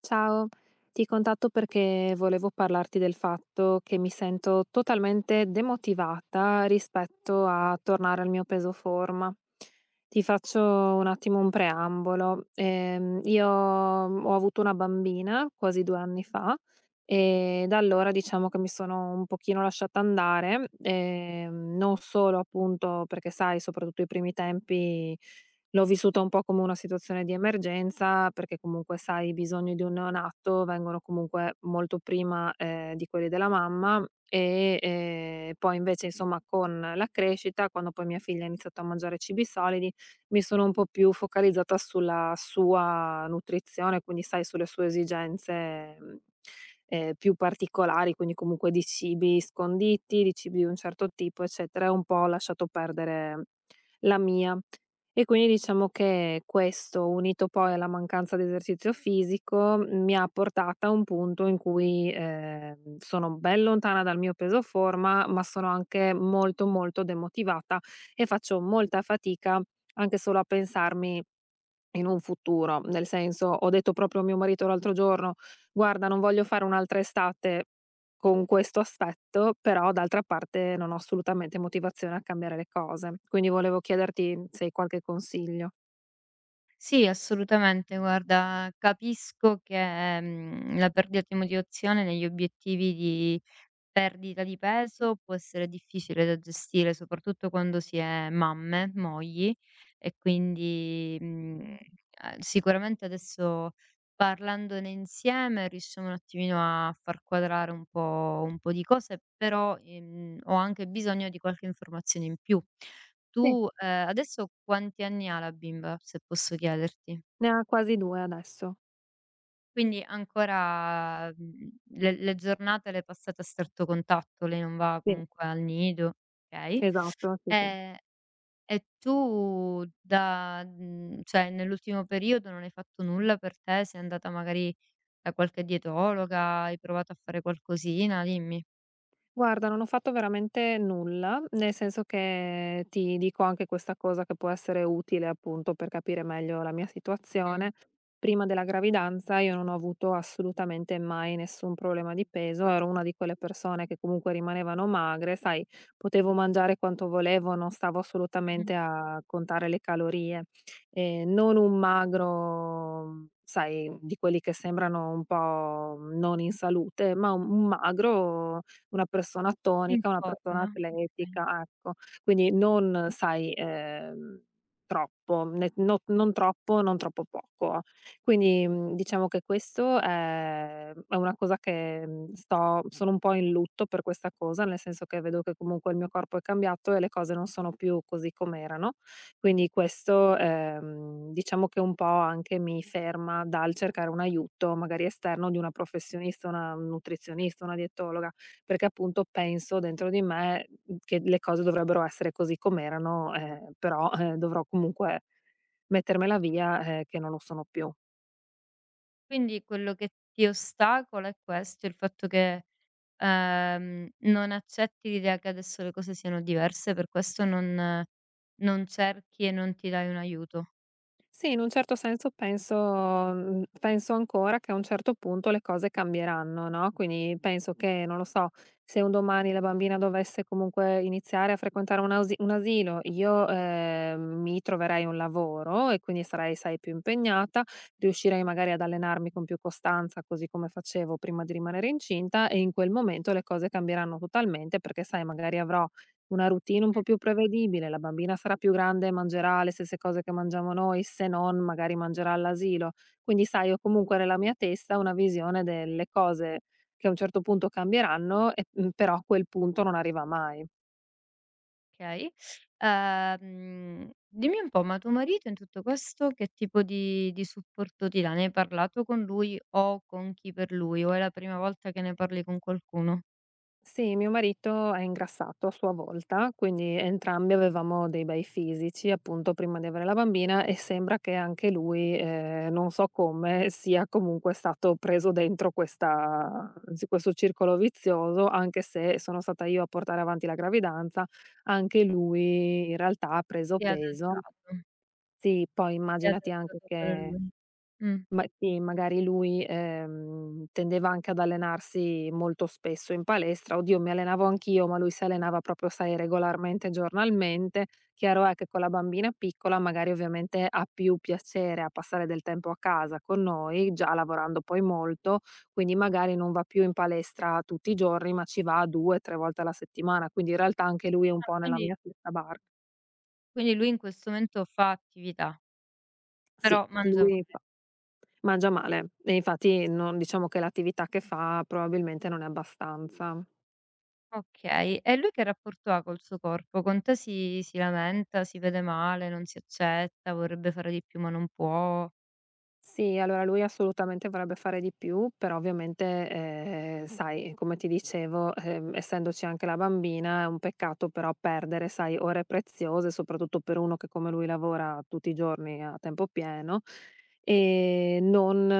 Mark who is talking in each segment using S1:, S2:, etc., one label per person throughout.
S1: Ciao, ti contatto perché volevo parlarti del fatto che mi sento totalmente demotivata rispetto a tornare al mio peso forma. Ti faccio un attimo un preambolo. Io ho avuto una bambina quasi 2 anni fa e da allora diciamo che mi sono un pochino lasciata andare, non solo appunto perché sai, soprattutto i primi tempi l'ho vissuta un po' come una situazione di emergenza, perché comunque sai i bisogni di un neonato vengono comunque molto prima, di quelli della mamma e, poi invece insomma con la crescita, quando poi mia figlia ha iniziato a mangiare cibi solidi, mi sono un po' più focalizzata sulla sua nutrizione, quindi sai sulle sue esigenze, più particolari, quindi comunque di cibi sconditi, di cibi di un certo tipo, eccetera, e un po' ho lasciato perdere la mia. E quindi diciamo che questo, unito poi alla mancanza di esercizio fisico, mi ha portata a un punto in cui, sono ben lontana dal mio peso forma, ma sono anche molto, molto demotivata e faccio molta fatica anche solo a pensarmi in un futuro, nel senso, ho detto proprio a mio marito l'altro giorno: "Guarda, non voglio fare un'altra estate con questo aspetto, però d'altra parte non ho assolutamente motivazione a cambiare le cose". Quindi volevo chiederti se hai qualche consiglio.
S2: Sì, assolutamente. Guarda, capisco che, la perdita di motivazione negli obiettivi di perdita di peso può essere difficile da gestire, soprattutto quando si è mamme, mogli e quindi, sicuramente adesso parlandone insieme riusciamo un attimino a far quadrare un po' di cose, però, ho anche bisogno di qualche informazione in più.
S1: Sì,
S2: Tu, adesso quanti anni ha la bimba, se posso chiederti?
S1: ne ha quasi 2 adesso.
S2: Quindi ancora, le giornate le passate a stretto contatto, lei non va
S1: Sì,
S2: comunque al nido, okay.
S1: esatto, sì, sì.
S2: Ehm, e tu da cioè nell'ultimo periodo non hai fatto nulla per te? Sei andata magari da qualche dietologa, hai provato a fare qualcosina? Dimmi.
S1: Guarda, non ho fatto veramente nulla, nel senso che ti dico anche questa cosa che può essere utile appunto per capire meglio la mia
S2: Mh,
S1: situazione. Prima della gravidanza io non ho avuto assolutamente mai nessun problema di peso, ero una di quelle persone che comunque rimanevano magre, sai, potevo mangiare quanto volevo, non stavo
S2: mh-mh.
S1: assolutamente a contare le calorie. Non un magro, sai, di quelli che sembrano un po' non in salute, ma un magro, una persona
S2: In
S1: tonica, una persona
S2: forma, okay.
S1: atletica, ecco. Quindi non sai, troppo, ne no non troppo, non troppo poco. Quindi, diciamo che questo è una cosa che, mhmm, sto sono un po' in lutto per questa cosa, nel senso che vedo che comunque il mio corpo è cambiato e le cose non sono più così com'erano. Quindi questo, diciamo che un po' anche mi ferma dal cercare un aiuto magari esterno di una professionista, una nutrizionista, una dietologa perché appunto penso dentro di me, che le cose dovrebbero essere così com'erano, però, dovrò comunque mettermela via, che non lo sono più.
S2: Quindi quello che ti ostacola è questo, il fatto che, non accetti l'idea che adesso le cose siano diverse, per questo non cerchi e non ti dai un aiuto,
S1: Sì, in un certo senso penso ancora che a un certo punto le cose cambieranno, no, quindi penso che, non lo so, se un domani la bambina dovesse comunque iniziare a frequentare un asilo, io, mi troverei un lavoro e quindi sarei, sai, più impegnata, riuscirei magari ad allenarmi con più costanza, così come facevo prima di rimanere incinta e in quel momento le cose cambieranno totalmente perché, sai, magari avrò una routine un po' più prevedibile, la bambina sarà più grande e mangerà le stesse cose che mangiamo noi, se non magari mangerà all'asilo. Quindi sai, ho comunque nella mia testa una visione delle cose che a un certo punto cambieranno e, però a quel punto non arriva mai.
S2: okay. Dimmi un po', ma tuo marito in tutto questo che tipo di supporto ti dà? Ne hai parlato con lui o con chi per lui, o è la prima volta che ne parli con qualcuno?
S1: Sì, mio marito è ingrassato a sua volta, quindi entrambi avevamo dei bei fisici, appunto, prima di avere la bambina e sembra che anche lui, non so come, sia comunque stato preso dentro questa anzi questo circolo vizioso, anche se sono stata io a portare avanti la gravidanza, anche lui in realtà ha preso
S2: Si è
S1: peso.
S2: adagiato,
S1: Sì, poi
S2: si è
S1: immaginati anche
S2: adagiato pure
S1: che
S2: lui. Mh.
S1: ma sì, magari lui, tendeva anche ad allenarsi molto spesso in palestra. Oddio, mi allenavo anch'io, ma lui si allenava proprio, sai, regolarmente, giornalmente. Chiaro è che con la bambina piccola magari ovviamente ha più piacere a passare del tempo a casa con noi, già lavorando poi molto, quindi magari non va più in palestra tutti i giorni, ma ci va 2, 3 volte alla settimana. Quindi in realtà anche lui è un
S2: Ah,
S1: po' nella
S2: quindi
S1: mia stessa barca.
S2: quindi lui in questo momento fa attività. Però
S1: Sì,
S2: mangia
S1: lui
S2: male.
S1: mangia male e infatti non diciamo che l'attività che fa probabilmente non è abbastanza.
S2: Okay. E lui che rapporto ha col suo corpo? Con te si lamenta, si vede male, non si accetta, vorrebbe fare di più ma non può?
S1: Sì, allora lui assolutamente vorrebbe fare di più, però ovviamente, sai, come ti dicevo, essendoci anche la bambina è un peccato però perdere, sai, ore preziose, soprattutto per uno che come lui lavora tutti i giorni a tempo pieno, e non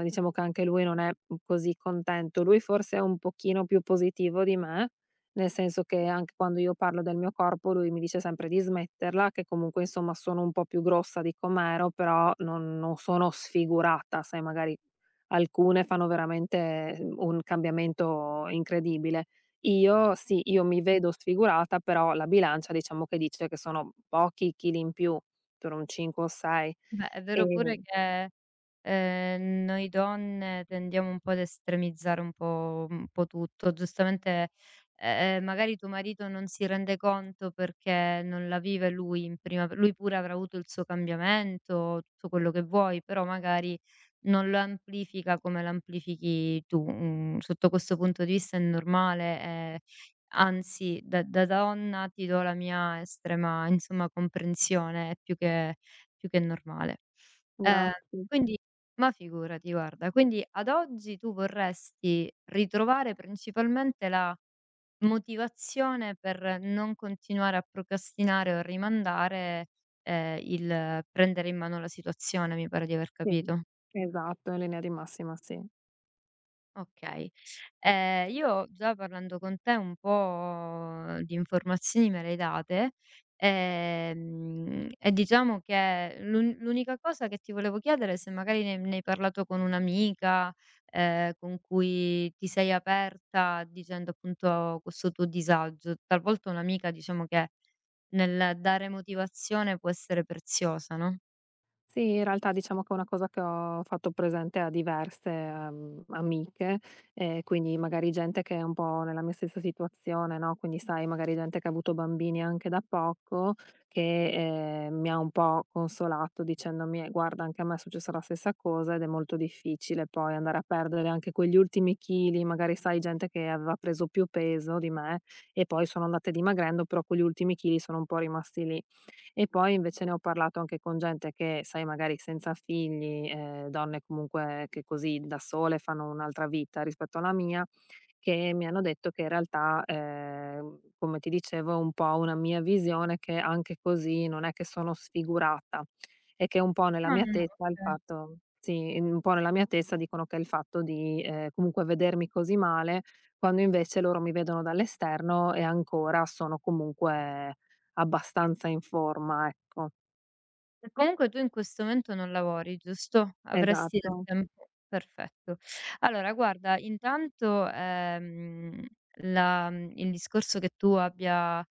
S1: diciamo che anche lui non è così contento. Lui forse è un pochino più positivo di me. Nel senso che anche quando io parlo del mio corpo lui mi dice sempre di smetterla, che comunque insomma sono un po' più grossa di com'ero, però non sono sfigurata, sai magari alcune fanno veramente un cambiamento incredibile. Io sì, io mi vedo sfigurata, però la bilancia diciamo che dice che sono pochi chili in più, sono un 5 o 6.
S2: Beh, è vero pure
S1: Ehm
S2: che, noi donne tendiamo un po' ad estremizzare un po' tutto. Giustamente, magari tuo marito non si rende conto perché non la vive lui in prima pe lui pure avrà avuto il suo cambiamento, tutto quello che vuoi, però magari non lo amplifica come l'amplifichi tu. Mhmm, sotto questo punto di vista è normale e anzi da donna ti do la mia estrema, insomma, comprensione è più che normale. Ehm,
S1: grazie.
S2: quindi ma figurati, guarda. Quindi ad oggi tu vorresti ritrovare principalmente la motivazione per non continuare a procrastinare o a rimandare, il prendere in mano la situazione, mi pare di aver
S1: Sì,
S2: capito.
S1: esatto, in linea di massima sì.
S2: Okay. Io già parlando con te un po' di informazioni me le hai date, e diciamo che l'unica cosa che ti volevo chiedere è se magari ne hai parlato con un'amica, con cui ti sei aperta dicendo appunto questo tuo disagio. Talvolta un'amica diciamo che nel dare motivazione può essere preziosa, no?
S1: Sì, in realtà diciamo che è una cosa che ho fatto presente a diverse, amiche, e quindi magari gente che è un po' nella mia stessa situazione, no, quindi sai magari gente che ha avuto bambini anche da poco, che, mi ha un po' consolato dicendomi: guarda anche a me è successa la stessa cosa ed è molto difficile poi andare a perdere anche quegli ultimi chili", magari sai gente che aveva preso più peso di me e poi sono andate dimagrendo, però quegli ultimi chili sono un po' rimasti lì. E poi invece ne ho parlato anche con gente che, sai, magari senza figli, donne comunque che così da sole fanno un'altra vita rispetto alla mia, che mi hanno detto che in realtà, come ti dicevo, è un po' una mia visione che anche così non è che sono sfigurata e che un po' nella
S2: No,
S1: mia
S2: no, no,
S1: testa il
S2: okay.
S1: fatto sì, un po' nella mia testa dicono che è il fatto di, comunque vedermi così male, quando invece loro mi vedono dall'esterno e ancora sono comunque abbastanza in forma, ecco.
S2: E comunque tu in questo momento non lavori, giusto? Avresti del
S1: Esatto.
S2: tempo perfetto. Allora guarda, intanto, la il discorso che tu abbia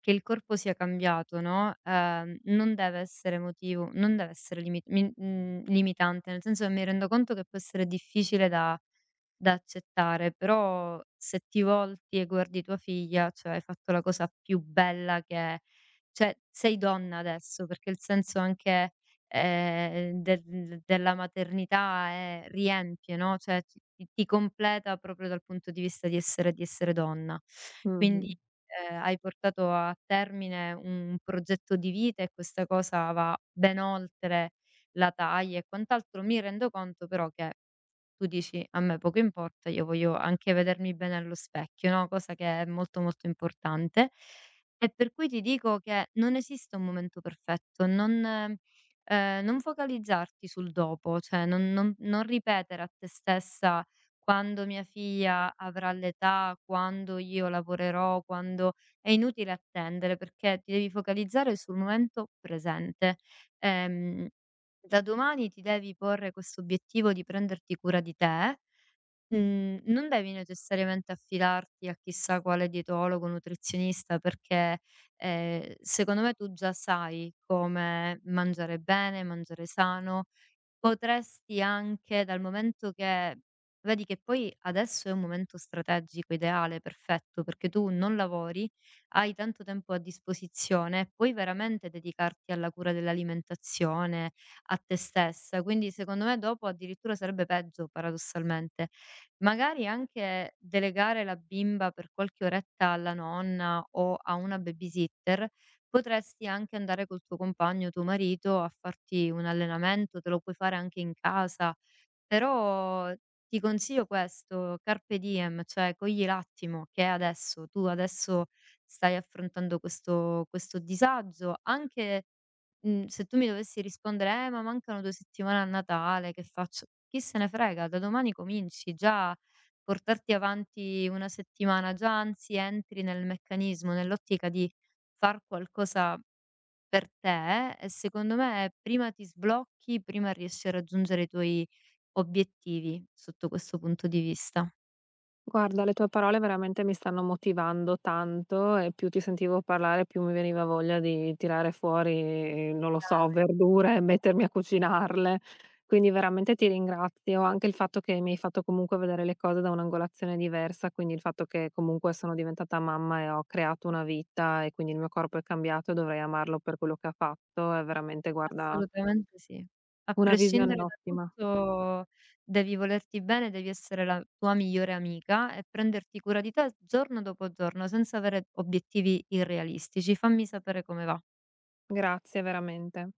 S2: che il corpo sia cambiato, no, non deve essere motivo non deve essere limi mi limitante, nel senso che mi rendo conto che può essere difficile da accettare, però se ti volti e guardi tua figlia, cioè hai fatto la cosa più bella che è cioè, sei donna adesso, perché il senso anche, del della maternità è riempie, no, cioè ti completa proprio dal punto di vista di essere donna. Quindi,
S1: Mh-mh.
S2: hai portato a termine un progetto di vita e questa cosa va ben oltre la taglia e quant'altro. Mi rendo conto però che tu dici: "A me poco importa, io voglio anche vedermi bene allo specchio", no, cosa che è molto, molto importante. E per cui ti dico che non esiste un momento perfetto, non focalizzarti sul dopo, cioè non ripetere a te stessa: "Quando mia figlia avrà l'età, quando io lavorerò, quando" è inutile attendere perché ti devi focalizzare sul momento presente. Ehm da domani ti devi porre questo obiettivo di prenderti cura di te, non devi necessariamente affidarti a chissà quale dietologo, nutrizionista, perché, secondo me tu già sai come mangiare bene, mangiare sano. Potresti anche dal momento che vedi che poi adesso è un momento strategico, ideale, perfetto, perché tu non lavori, hai tanto tempo a disposizione, puoi veramente dedicarti alla cura dell'alimentazione, a te stessa, quindi secondo me dopo addirittura sarebbe peggio paradossalmente. Magari anche delegare la bimba per qualche oretta alla nonna o a una babysitter. Potresti anche andare col tuo compagno, tuo marito, a farti un allenamento, te lo puoi fare anche in casa, però ti consiglio questo, carpe diem, cioè cogli l'attimo che è adesso, tu adesso stai affrontando questo, questo disagio, anche se tu mi dovessi rispondere, ma mancano 2 settimane a Natale, che faccio? Chi se ne frega, da domani cominci già. Portarti avanti una settimana, già anzi entri nel meccanismo, nell'ottica di far qualcosa per te, e secondo me prima ti sblocchi, prima riesci a raggiungere i tuoi obiettivi sotto questo punto di vista.
S1: Guarda, le tue parole veramente mi stanno motivando tanto e più ti sentivo parlare, più mi veniva voglia di tirare fuori, non lo so,
S2: Dai.
S1: verdure e mettermi a cucinarle. Quindi veramente ti ringrazio. Anche il fatto che mi hai fatto comunque vedere le cose da un'angolazione diversa, quindi il fatto che comunque sono diventata mamma e ho creato una vita e quindi il mio corpo è cambiato e dovrei amarlo per quello che ha fatto, è veramente, guarda,
S2: Assolutamente sì. A
S1: una visione
S2: prescindere da
S1: ottima.
S2: tutto devi volerti bene, devi essere la tua migliore amica e prenderti cura di te giorno dopo giorno senza avere obiettivi irrealistici. Fammi sapere come va.
S1: Grazie veramente.